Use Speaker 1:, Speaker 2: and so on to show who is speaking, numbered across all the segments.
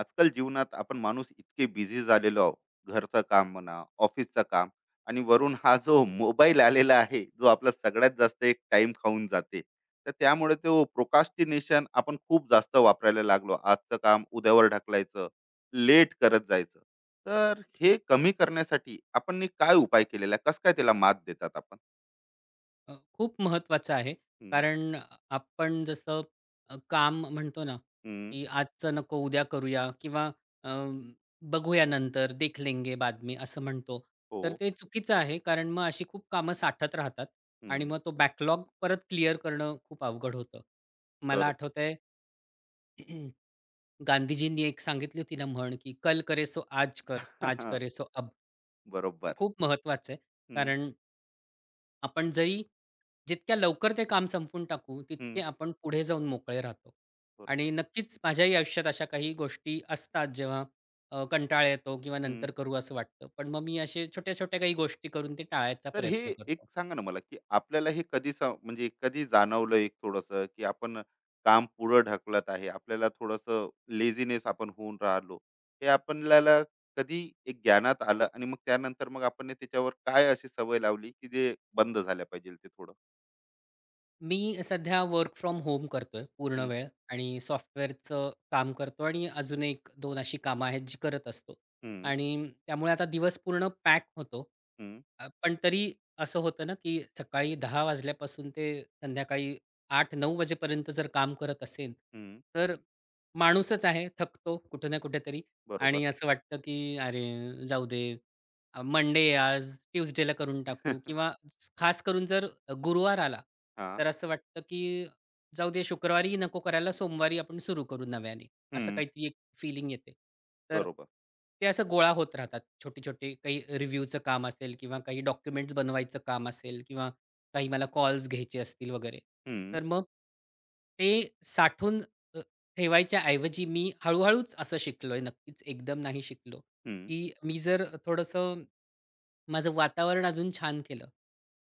Speaker 1: आजकाल जीवनात आपण माणूस इतके बिझी झालेलो आहोत. घरचं काम म्हणा, ऑफिसचं काम, आणि वरून हा जो मोबाईल आलेला आहे, जो आपला सगळ्यात जास्त एक टाइम खाऊन जाते. तर त्यामुळे तो प्रोकास्टिनेशन आपण खूप जास्त वापरायला लागलो. आजचं काम उद्यावर ढकलायचं, लेट करत जायचं. तर हे कमी करण्यासाठी आपण नी काय उपाय केलेला आहे? काय त्याला मात देतात आपण?
Speaker 2: खूप महत्त्वाचं आहे.
Speaker 1: हम्म,
Speaker 2: कारण आपण जसं काम म्हणतो ना,
Speaker 1: हम्म,
Speaker 2: की आजचं नको उद्या करूया किंवा अ, बघूया नंतर देख लेंगे बाद में असं म्हणतो.
Speaker 1: हो.
Speaker 2: तर ते चुकीचं आहे कारण मग अशी खूप कामं साठत राहतात आणि मग तो बॅकलॉग परत क्लिअर करणं खूप अवघड होतं. मला
Speaker 1: बरोबर.
Speaker 2: आठवतंय गांधीजींनी एक सांगितली होती ना म्हण, की "कल करे सो आज कर, आज करे सो अब." ते
Speaker 1: बरोबर.
Speaker 2: खूप महत्त्वाचं आहे.
Speaker 1: हम्म,
Speaker 2: कारण आपण जरी जितक्या लवकर ते काम संपवून टाकू,
Speaker 1: हम्म,
Speaker 2: तितके आपण पुढे जाऊन मोकळे राहतो.
Speaker 1: बरोबर.
Speaker 2: आणि नक्कीच माझ्याही आयुष्यात अशा काही गोष्टी असतात, जेव्हा कंटाळा येतो किंवा नंतर
Speaker 1: हम्म.
Speaker 2: करू असं वाटतं. पण मग मी असे छोट्या-छोट्या काही गोष्टी करून ते टाळायचा
Speaker 1: तर हे
Speaker 2: प्रयत्न
Speaker 1: एक
Speaker 2: करतो.
Speaker 1: सांगा ना मला, की आपल्याला हे कधी म्हणजे कधी जाणवलं एक थोडंसं, की आपण काम पुढं ढकलत आहे. आपल्याला थोडंसं लेझीनेस आपण होऊन राहिलो. हे आपल्याला कधी एक ज्ञानात आलं आणि मग त्यानंतर मग आपण ने त्याच्यावर काय अशी सवय लावली, की जे बंद झाल्या पाहिजे ते थोडं?
Speaker 2: मी सध्या वर्क फ्रॉम होम करतोय पूर्ण
Speaker 1: हं,
Speaker 2: वेळ आणि सॉफ्टवेअरचं काम करतो आणि अजून एक दोन अशी कामं आहेत जी करत असतो
Speaker 1: हं,
Speaker 2: आणि त्यामुळे आता दिवस पूर्ण पॅक होतो.
Speaker 1: हं,
Speaker 2: पण तरी असं होतं ना, की सकाळी 10 वाजल्यापासून ते संध्याकाळी 8 900 वाजेपर्यंत जर काम करत असेन,
Speaker 1: हं.
Speaker 2: तर माणूसच आहे, थकतो कुठं ना कुठेतरी
Speaker 1: बरोबर.
Speaker 2: आणि असं वाटतं, की "अरे जाऊ दे, मंडे आज, ट्यूसडेला करून टाकू" किंवा खास करून जर गुरुवार आला,
Speaker 1: हां.
Speaker 2: तर असं वाटतं की जाऊ दे शुक्रवारी नको करायला सोमवारी आपण सुरू करू नव्याने, असं
Speaker 1: हं.
Speaker 2: काहीतरी एक फीलिंग येते. तर
Speaker 1: बरोबर.
Speaker 2: ते असं गोळा होत राहतात छोटे-छोटे काही रिव्ह्यूचं काम असेल किंवा काही डॉक्युमेंट्स बनवायचं काम असेल किंवा काही मला कॉल्स घ्यायचे असतील वगैरे.
Speaker 1: हं,
Speaker 2: तर मग ते साठवून अ, ठेवायच्या ऐवजी मी हळू असं शिकलोय नक्कीच एकदम नाही शिकलो,
Speaker 1: हं.
Speaker 2: की मी जर थोडंसं माझं वातावरण अजून छान केलं,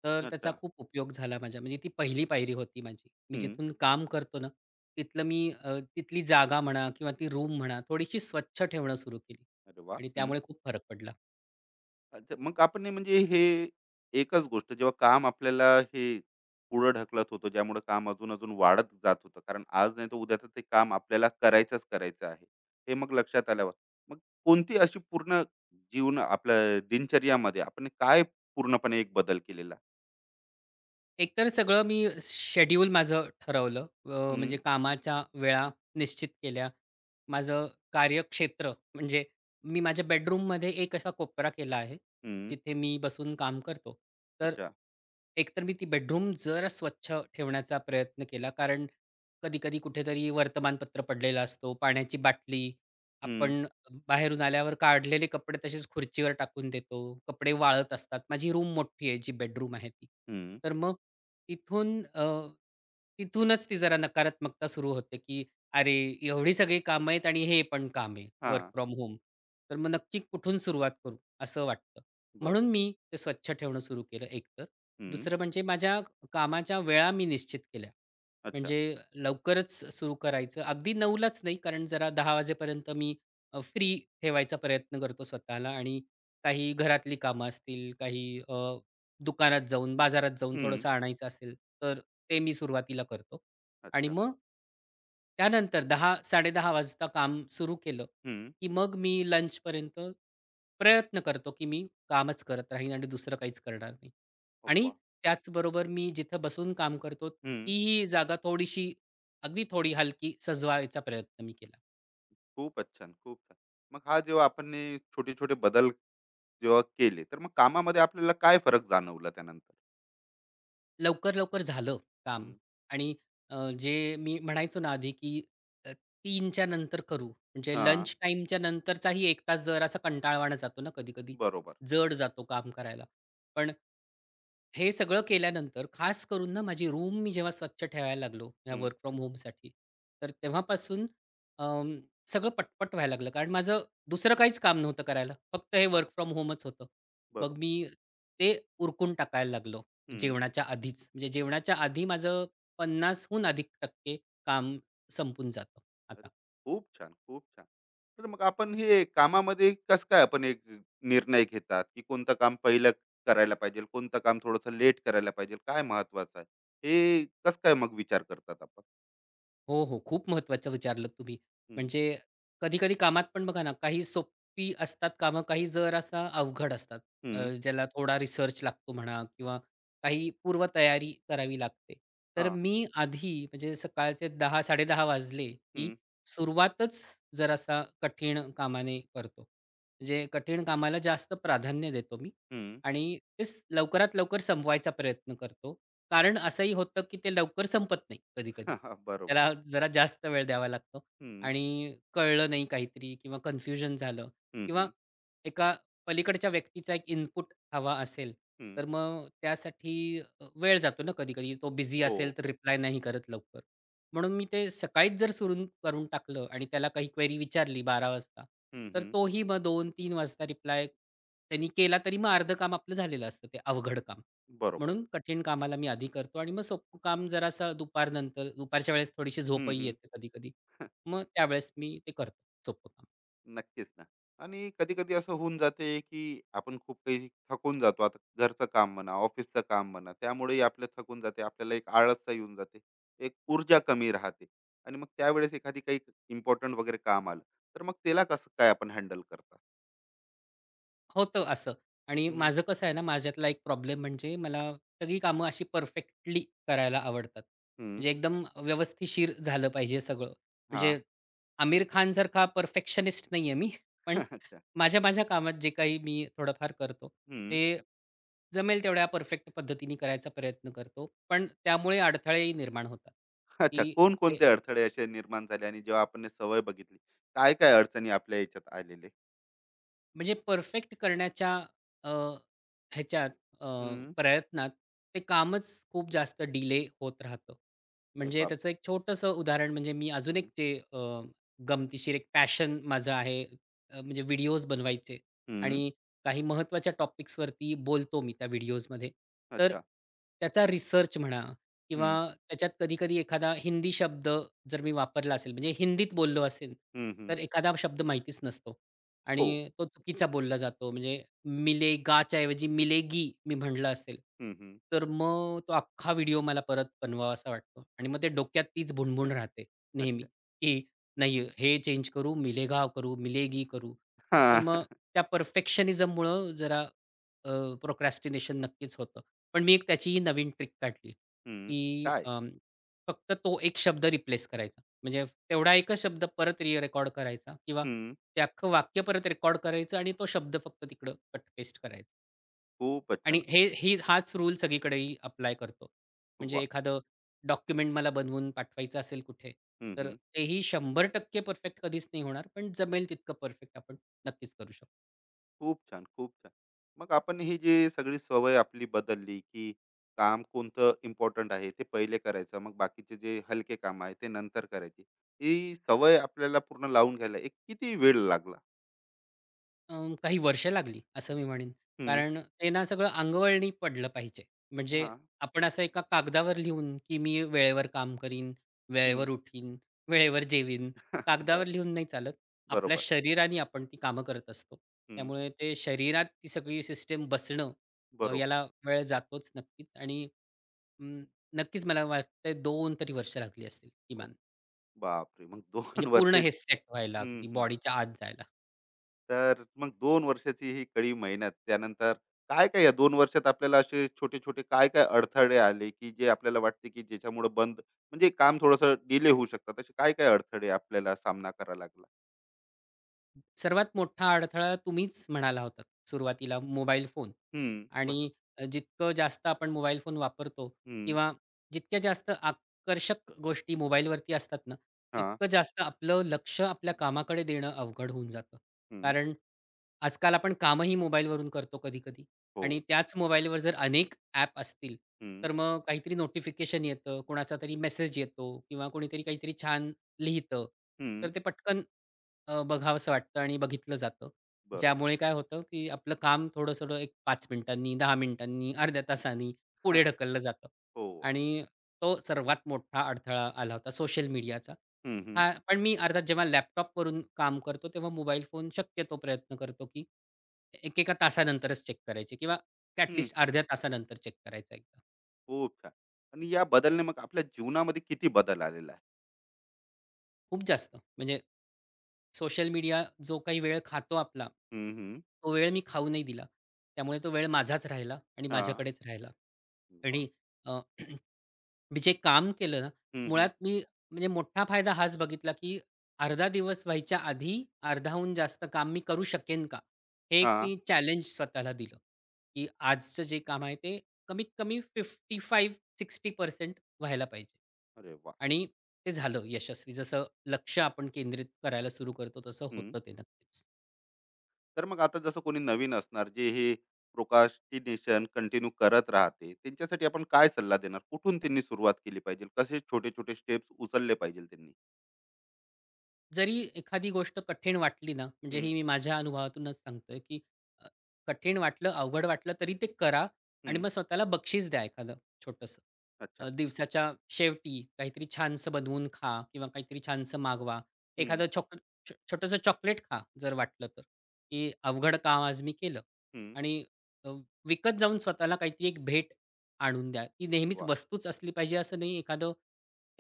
Speaker 2: तर त्याचा
Speaker 1: अच्छा.
Speaker 2: खूप उपयोग झाला माझ्या. म्हणजे ती पहिली पायरी होती माझी. मी
Speaker 1: हं.
Speaker 2: जिथून काम करतो ना, तिथली जागा म्हणा किंवा ती रूम म्हणा, थोडीशी स्वच्छ ठेवणं सुरू केली
Speaker 1: अरे वाह!
Speaker 2: आणि त्यामुळे खूप फरक पडला.
Speaker 1: अच्छा, मग आपण हे म्हणजे हे एकच गोष्ट जेव्हा काम आपल्याला हे पुढं ढकलत होतं, ज्यामुळे काम अजून अजून वाढत जात होतं, कारण आज नाही तर उद्या तर ते काम आपल्याला करायचं आहे. हे मग लक्षात आल्यावर मग कोणती अशी पूर्ण जीवन आपल्या दिनचर्यामध्ये आपण काय पूर्णपणे एक बदल केलेला?
Speaker 2: एकतर सगळं मी शेड्यूल माझं ठरवलं.
Speaker 1: हम्म
Speaker 2: म्हणजे कामाच्या वेळा निश्चित केल्या. माझं कार्यक्षेत्र म्हणजे मी माझ्या बेडरूममध्ये एक असा कोपरा केला आहे,
Speaker 1: हम्म
Speaker 2: जिथे मी बसून काम करतो. तर
Speaker 1: अच्छा.
Speaker 2: एकतर मी ती बेडरूम जरा स्वच्छ ठेवण्याचा प्रयत्न केला. कारण कधी-कधी कुठेतरी वर्तमानपत्र पडलेलं असतो, पाण्याची बाटली,
Speaker 1: हम्म
Speaker 2: आपण बाहेरून आल्यावर काढलेले कपडे तसेच खुर्चीवर टाकून देतो. कपडे वाळत असतात. माझी रूम मोठी आहे, जी बेडरूम आहे ती.
Speaker 1: हम्म
Speaker 2: तर मग तिथून अ, तिथूनच ती जरा नकारात्मकता सुरू होते, की "अरे, एवढी सगळी कामं आहेत आणि हे पण काम आहे
Speaker 1: हा.
Speaker 2: Work from home. तर मग नक्की कुठून सुरुवात करू?" असं वाटतं.
Speaker 1: बर.
Speaker 2: म्हणून मी ते स्वच्छ ठेवणं सुरू केलं एकतर.
Speaker 1: हम्म
Speaker 2: दुसरं म्हणजे माझ्या कामाच्या वेळा मी निश्चित केल्या.
Speaker 1: अच्छा.
Speaker 2: म्हणजे लवकरच सुरू करायचं. अगदी 9:00लाच नाही, कारण जरा 10:00 वाजेपर्यंत मी फ्री ठेवायचा प्रयत्न करतो स्वतःला आणि काही घरातली कामं असतील, काही दुकानात जाऊन, बाजारात जाऊन
Speaker 1: हम्म
Speaker 2: थोडंसं आणायचं असेल, तर ते मी सुरुवातीला करतो आणि
Speaker 1: अच्छा.
Speaker 2: मग त्यानंतर 10:00-10:30 वाजता काम सुरू केलं,
Speaker 1: हम्म
Speaker 2: की मग मी लंचपर्यंत प्रयत्न करतो, की मी कामच करत राहीन आणि दुसरं काहीच करणार नाही.
Speaker 1: ओ.
Speaker 2: आणि त्याचबरोबर मी जिथं बसून काम करतो,
Speaker 1: हम्म
Speaker 2: तीही जागा थोडीशी, अगदी थोडी हलकी सजवायचा प्रयत्न मी केला.
Speaker 1: खूपच छान, खूप छान. मग हा, जेव्हा आपण हे छोटे छोटे बदल जेव्हा केले, तर मग कामामध्ये आपल्याला काय फरक जाणवला त्यानंतर?
Speaker 2: लवकर-लवकर झालं काम
Speaker 1: हं.
Speaker 2: आणि जे मी म्हणायचो ना आधी, की अ, 3च्या नंतर करू. म्हणजे
Speaker 1: हां,
Speaker 2: लंच टाईमच्या नंतरचाही 1 तास जरासा कंटाळवाणा जातो ना कधी-कधी.
Speaker 1: बरोबर.
Speaker 2: जड जातो काम करायला. पण हे सगळं केल्यानंतर खास करून ना माझी रूम मी जेव्हा स्वच्छ ठेवायला लागलो, या
Speaker 1: हं.
Speaker 2: वर्क फ्रॉम होमसाठी, तर तेव्हापासून अं, सगळं पटपट व्हायला लागलं. कारण माझं दुसरं काहीच काम नव्हतं करायला. फक्त हे वर्क
Speaker 1: हां,
Speaker 2: फ्रॉम होमच होतं.
Speaker 1: बरोबर.
Speaker 2: मग मी ते उरकून टाकायला लागलो.
Speaker 1: हं.
Speaker 2: जेवणाच्या आधीच. म्हणजे जेवणाच्या आधी माझं 50%हून अधिक टक्के काम संपून जातं
Speaker 1: अरे,
Speaker 2: आता.
Speaker 1: खूप छान, खूप छान. तर मग आपण हे कामामध्ये कसं काय आपण एक निर्णय घेतात, की कोणतं काम पहिलं करायला पाहिजे, कोणतं काम थोडंसं लेट करायला पाहिजे, काय महत्वाचं आहे? हे कसं काय मग विचार करतात आपण?
Speaker 2: हो, हो. खूप महत्त्वाचं विचारलत तुम्ही.
Speaker 1: हं.
Speaker 2: म्हणजे कधी-कधी कामात पण बघा ना, काही सोपी असतात कामं, काही जरासा अवघड असतात.
Speaker 1: हं,
Speaker 2: ज्याला थोडा रिसर्च लागतो म्हणा किंवा काही पूर्वतयारी करावी लागते. तर
Speaker 1: हां,
Speaker 2: मी आधी म्हणजे सकाळचे 10 10:30 वाजले, की
Speaker 1: हं,
Speaker 2: सुरुवातच जरासा कठीण कामाने करतो. म्हणजे कठीण कामाला जास्त प्राधान्य देतो मी
Speaker 1: हं.
Speaker 2: आणि तेच लवकरात लवकर संपवायचा प्रयत्न करतो कारण असंही होतं, की ते लवकर संपत नाही कधी-कधी.
Speaker 1: बरोबर.
Speaker 2: त्याला जरा जास्त वेळ द्यावा लागतो
Speaker 1: हं,
Speaker 2: आणि कळलं नाही काहीतरी किंवा कन्फ्युजन झालं
Speaker 1: हं,
Speaker 2: किंवा
Speaker 1: हं,
Speaker 2: एका पलीकडच्या व्यक्तीचा एक इनपुट हवा असेल,
Speaker 1: हं.
Speaker 2: तर मग त्यासाठी वेळ जातो ना कधी-कधी. तो बिझी
Speaker 1: हो.
Speaker 2: असेल तर रिप्लाय नाही करत लवकर. म्हणून मी ते सकाळीच जर सुरू करून टाकलं आणि त्याला काही क्वेरी विचारली 12:00 वाजता,
Speaker 1: हं,
Speaker 2: तर
Speaker 1: हं.
Speaker 2: तोही मग 2-3 वाजता रिप्लाय त्यांनी केला, तरी मग अर्धं काम आपलं झालेलं असतं, ते अवघड काम.
Speaker 1: बरोबर.
Speaker 2: म्हणून कठीण कामाला मी आधी करतो आणि मग सोपं काम जरासं दुपारनंतर दुपारच्या वेळेस थोडीशी
Speaker 1: हं,
Speaker 2: झोपही
Speaker 1: हं.
Speaker 2: येते कधी-कधी. मग त्यावेळेस मी ते करतो सोपं काम.
Speaker 1: नक्कीच ना. आणि कधी कधी असं होऊन जाते, की आपण खूप काही थकून जातो आता. घरचं काम म्हणा, ऑफिसचं काम म्हणा, त्यामुळेही आपलं थकून जाते. आपल्याला एक आळसता येऊन जाते, एक ऊर्जा कमी राहते, आणि मग त्यावेळेस एखादी काही इम्पॉर्टंट वगैरे काम आलं, तर मग त्याला कसं काय आपण हँडल करता?
Speaker 2: होतं असं आणि
Speaker 1: हम्म,
Speaker 2: माझं कसं आहे ना, माझ्यातला एक प्रॉब्लेम म्हणजे मला सगळी कामं अशी परफेक्टली करायला आवडतात.
Speaker 1: हम्म,
Speaker 2: म्हणजे एकदम व्यवस्थिशीर झालं पाहिजे सगळं.
Speaker 1: हा.
Speaker 2: म्हणजे आमिर खानसारखा परफेक्शनिस्ट नाही आहे मी. पण
Speaker 1: अच्छा.
Speaker 2: माझ्या कामात जे काही मी थोडंफार करतो,
Speaker 1: हम्म,
Speaker 2: ते जमेल तेवढ्या परफेक्ट पद्धतीने करायचा प्रयत्न करतो. पण त्यामुळे अडथळेही निर्माण होतात,
Speaker 1: अच्छा, कोण कोणते अडथळे असे निर्माण झाले आणि जेव्हा आपण हे सवय बघितली, काय काय अडचणी आपल्या याच्यात आलेले?
Speaker 2: म्हणजे परफेक्ट करण्याच्या अ, ह्याच्यात अ,
Speaker 1: हम्म,
Speaker 2: प्रयत्नात ते कामच खूप जास्त डिले होत राहतं.
Speaker 1: अरे
Speaker 2: म्हणजे
Speaker 1: बाप.
Speaker 2: त्याचं एक छोटंसं उदाहरण म्हणजे मी अजून एक
Speaker 1: हम्म,
Speaker 2: जे अ, गमतीशीर एक पॅशन माझं आहे म्हणजे व्हिडिओज बनवायचे
Speaker 1: हम्म,
Speaker 2: आणि काही महत्त्वाच्या टॉपिक्सवरती बोलतो मी त्या व्हिडिओजमध्ये. तर
Speaker 1: अच्छा.
Speaker 2: त्याचा रिसर्च म्हणा किंवा
Speaker 1: हम्म,
Speaker 2: त्याच्यात कधी-कधी एखादा हिंदी शब्द जर मी वापरला असेल म्हणजे हिंदीत बोललो असेल,
Speaker 1: हम्म, हम्म,
Speaker 2: तर एखादा शब्द माहितीच नसतो.
Speaker 1: हो.
Speaker 2: आणि तो चुकीचा बोलला जातो. म्हणजे मिलेगाच्या ऐवजी मिलेगी मी म्हटलं असेल,
Speaker 1: हं, हं.
Speaker 2: तर मग तो अख्खा व्हिडिओ मला परत बनवावासा वाटतो आणि मग ते डोक्यात तीच भुणभुण राहते नेहमी,
Speaker 1: अच्छा.
Speaker 2: की नाही हे चेंज करू, मिलेगा करू, मिलेगी करू. तर
Speaker 1: हां.
Speaker 2: मग त्या परफेक्शनिझममुळं जरा प्रोक्रॅस्टिनेशन नक्कीच होतं. पण मी एक त्याचीही नवीन ट्रिक काढली,
Speaker 1: हं.
Speaker 2: की
Speaker 1: काय?
Speaker 2: फक्त तो एक शब्द रिप्लेस करायचा. म्हणजे तेवढा एकच शब्द परत रेकॉर्ड करायचा किंवा
Speaker 1: हं.
Speaker 2: ते अख्खं वाक्य परत रेकॉर्ड करायचं आणि तो शब्द फक्त तिकडं कट पेस्ट करायचा.
Speaker 1: खूपच
Speaker 2: आणि
Speaker 1: छान.
Speaker 2: हे ही हाच रूल सगळीकडेही अप्लाय करतो. म्हणजे
Speaker 1: वाह!
Speaker 2: एखादं डॉक्युमेंट मला बनवून पाठवायचं असेल कुठे,
Speaker 1: हं,
Speaker 2: तर
Speaker 1: हं.
Speaker 2: तेही 100% परफेक्ट कधीच नाही होणार, पण जमेल तितकं परफेक्ट आपण नक्कीच करू शकतो.
Speaker 1: खूप छान, खूप छान. मग आपण ही जी सगळी सवय आपली बदलली, की काम कोणतं इम्पोर्टंट आहे, ते पहिले करायचं. मग बाकीचे जे हलके काम आहे, ते नंतर करायचे. ही सवय आपल्याला पूर्ण लावून घ्यायला एक किती वेळ लागला?
Speaker 2: काही वर्ष लागली असं मी म्हणेन.
Speaker 1: हं.
Speaker 2: कारण ते ना सगळं अंगवळणी पडलं पाहिजे. म्हणजे
Speaker 1: हां.
Speaker 2: आपण असं एका कागदावर लिहून, की मी वेळेवर काम करीन,
Speaker 1: हं.
Speaker 2: वेळेवर उठीन, वेळेवर जेवीन,
Speaker 1: बरं.
Speaker 2: कागदावर लिहून नाही चालत. आपल्या
Speaker 1: बरोबर.
Speaker 2: शरीराने आपण ती कामं करत असतो.
Speaker 1: हं.
Speaker 2: त्यामुळे ते शरीरात ती सगळी सिस्टम बसणं
Speaker 1: बरोबर.
Speaker 2: याला वेळ जातोच नक्कीच आणि अं, नक्कीच मला वाटतंय 2 तरी वर्ष लागली असतील
Speaker 1: ओ,
Speaker 2: किमान.
Speaker 1: बापरे! मग
Speaker 2: म्हणजे
Speaker 1: 2
Speaker 2: पूर्ण
Speaker 1: वर्ष.
Speaker 2: हे सेट व्हायला
Speaker 1: हं,
Speaker 2: अगदी
Speaker 1: हं.
Speaker 2: बॉडीच्या आत जायला.
Speaker 1: तर मग 2 वर्षाची ही कडी मेहनत. त्यानंतर काय-काय या 2 वर्षात आपल्याला असे छोटे-छोटे काय-काय अडथळे आले, की जे आपल्याला वाटते, की ज्याच्यामुळे बंद म्हणजे काम थोडंसं डिले होऊ शकतात? असे काय-काय अडथळे आपल्याला सामना करावा लागला?
Speaker 2: सर्वात मोठा अडथळा तुम्हीच म्हणाला होतात सुरुवातीला मोबाईल फोन
Speaker 1: हं, बरं.
Speaker 2: आणि जितकं जास्त आपण मोबाईल फोन वापरतो
Speaker 1: हं,
Speaker 2: किंवा जितक्या जास्त आकर्षक गोष्टी मोबाईलवरती असतात ना,
Speaker 1: हां,
Speaker 2: तितकं जास्त आपलं लक्ष आपल्या कामाकडे देणं अवघड होऊन जातं.
Speaker 1: हं,
Speaker 2: कारण आजकाल आपण कामही मोबाईलवरून करतो कधी-कधी
Speaker 1: हो,
Speaker 2: आणि त्याच मोबाईलवर जर अनेक ॲप असतील,
Speaker 1: हं,
Speaker 2: तर मग काहीतरी नोटिफिकेशन येतं, कोणाचा तरी मेसेज येतो किंवा कोणीतरी काहीतरी छान लिहितं. तर
Speaker 1: हं,
Speaker 2: ते पटकन बघावसं वाटतं आणि बघितलं जातं.
Speaker 1: बरोबर.
Speaker 2: ज्यामुळे काय होतं, की आपलं काम थोडं-थोडं एक 5 मिनिटांनी, 10 मिनिटांनी, अर्ध्या तासांनी
Speaker 1: हां,
Speaker 2: पुढे ढकललं जातं.
Speaker 1: हो,
Speaker 2: आणि तो सर्वात मोठा अडथळा आला होता सोशल मीडियाचा.
Speaker 1: हं, हं,
Speaker 2: हां, पण मी अर्थात जेव्हा लॅपटॉपवरून काम करतो, तेव्हा मोबाईल फोन शक्यतो प्रयत्न करतो, की एकेका तासानंतरच चेक करायचे किंवा ॲट
Speaker 1: हं,
Speaker 2: अर्ध्या तासानंतर चेक करायचा एकदा.
Speaker 1: खूप छान. आणि या बदलने मग आपल्या जीवनामध्ये किती बदल आलेला आहे?
Speaker 2: खूप जास्त म्हणजे सोशल मीडिया जो काही वेळ खातो आपला,
Speaker 1: हं, हं,
Speaker 2: तो वेळ मी खाऊ नाही दिला. त्यामुळे तो वेळ माझाच राहिला आणि
Speaker 1: हां,
Speaker 2: माझ्याकडेच राहिला
Speaker 1: वाह!
Speaker 2: आणि अ, मी जे काम केलं ना,
Speaker 1: हं, हं,
Speaker 2: मुळात मी म्हणजे मोठा फायदा हाच बघितला, की अर्धा दिवस व्हायच्या आधी अर्धाहून जास्त काम मी करू शकेन का? हे एक
Speaker 1: हां,
Speaker 2: मी चॅलेंज स्वतःला दिलं, की आजचं जे काम आहे ते कमीत कमी 55-60% व्हायला पाहिजे.
Speaker 1: अरे वाह!
Speaker 2: आणि ते झालं यशस्वी. जसं लक्ष आपण केंद्रित करायला सुरू करतो तसं होतं ते नक्कीच.
Speaker 1: तर मग आता जसं कोणी नवीन असणार, जे हे प्रोकास्टिनेशन कंटिन्यू करत राहते, त्यांच्यासाठी आपण काय सल्ला देणार? कुठून त्यांनी सुरुवात केली पाहिजे, कसे छोटे छोटे स्टेप्स उचलले पाहिजे त्यांनी?
Speaker 2: जरी एखादी गोष्ट कठीण वाटली ना, म्हणजे
Speaker 1: हम्म,
Speaker 2: ही मी माझ्या अनुभवातूनच सांगतोय, की अ, कठीण वाटलं, अवघड वाटलं तरी ते करा आणि
Speaker 1: हम्म,
Speaker 2: मग स्वतःला बक्षीस द्या एखादं छोटंसं.
Speaker 1: अच्छा.
Speaker 2: दिवसाच्या शेवटी काहीतरी छानसं बनवून खा किंवा काहीतरी छानसं मागवा.
Speaker 1: हम्म,
Speaker 2: एखादं चॉक छो छोटंसं चॉकलेट खा जर वाटलं तर, की अवघड काम आज मी केलं
Speaker 1: हम्म,
Speaker 2: आणि अ, विकत जाऊन स्वतःला काहीतरी एक भेट आणून द्या. ती नेहमीच
Speaker 1: वा.
Speaker 2: वस्तूच असली पाहिजे असं नाही,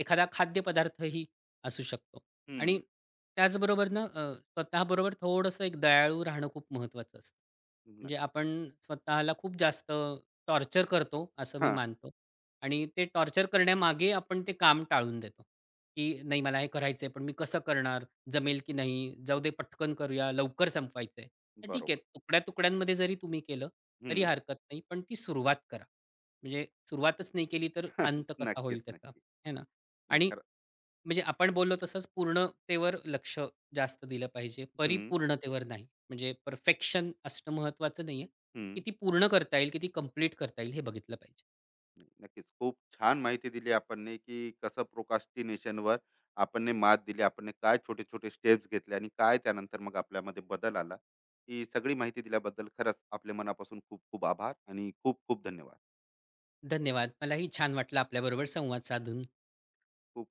Speaker 2: एखादा खाद्यपदार्थही असू शकतो. आणि
Speaker 1: हम्म,
Speaker 2: त्याचबरोबर ना स्वतःबरोबर थोडंसं एक दयाळू राहणं खूप महत्त्वाचं असतं. म्हणजे
Speaker 1: नक्कीच.
Speaker 2: आपण स्वतःला खूप जास्त टॉर्चर करतो, असं मी
Speaker 1: हा.
Speaker 2: मानतो. आणि ते टॉर्चर करण्यामागे आपण ते काम टाळून देतो, की नाही मला हे करायचंय, पण मी कसं करणार? जमेल की नाही? जाऊ
Speaker 1: हो,
Speaker 2: दे पटकन करूया, लवकर संपवायचंय. तर ठीक आहे,
Speaker 1: बरोबर.
Speaker 2: तुकड्या-तुकड्यांमध्ये जरी तुम्ही केलं तरी
Speaker 1: हम्म,
Speaker 2: हरकत नाही, पण ती सुरुवात करा. म्हणजे सुरुवातच नाही केली तर अंत कसा होईल
Speaker 1: नक्कीच,
Speaker 2: त्याचा,
Speaker 1: नक्की.
Speaker 2: है ना?
Speaker 1: नाही,
Speaker 2: आणि
Speaker 1: खरं.
Speaker 2: म्हणजे आपण बोललो तसंच पूर्णतेवर लक्ष जास्त दिलं पाहिजे.
Speaker 1: हम्म,
Speaker 2: परिपूर्णतेवर नाही. म्हणजे परफेक्शन असणं महत्त्वाचं नाहीये.
Speaker 1: हम्म.
Speaker 2: किती पूर्ण करता येईल, किती कंप्लीट करता येईल हे बघितलं पाहिजे.
Speaker 1: नक्कीच. खूप छान माहिती दिली आपण, की कसं प्रोकास्टिनेशनवर आपण मात दिली, आपण काय छोटे छोटे स्टेप्स घेतले आणि काय त्यानंतर मग आपल्यामध्ये बदल आला. ही सगळी माहिती दिल्याबद्दल खरंच आपल्या मनापासून खूप खूप आभार आणि खूप खूप धन्यवाद.
Speaker 2: धन्यवाद. मलाही छान वाटलं आपल्याबरोबर संवाद साधून.
Speaker 1: खूप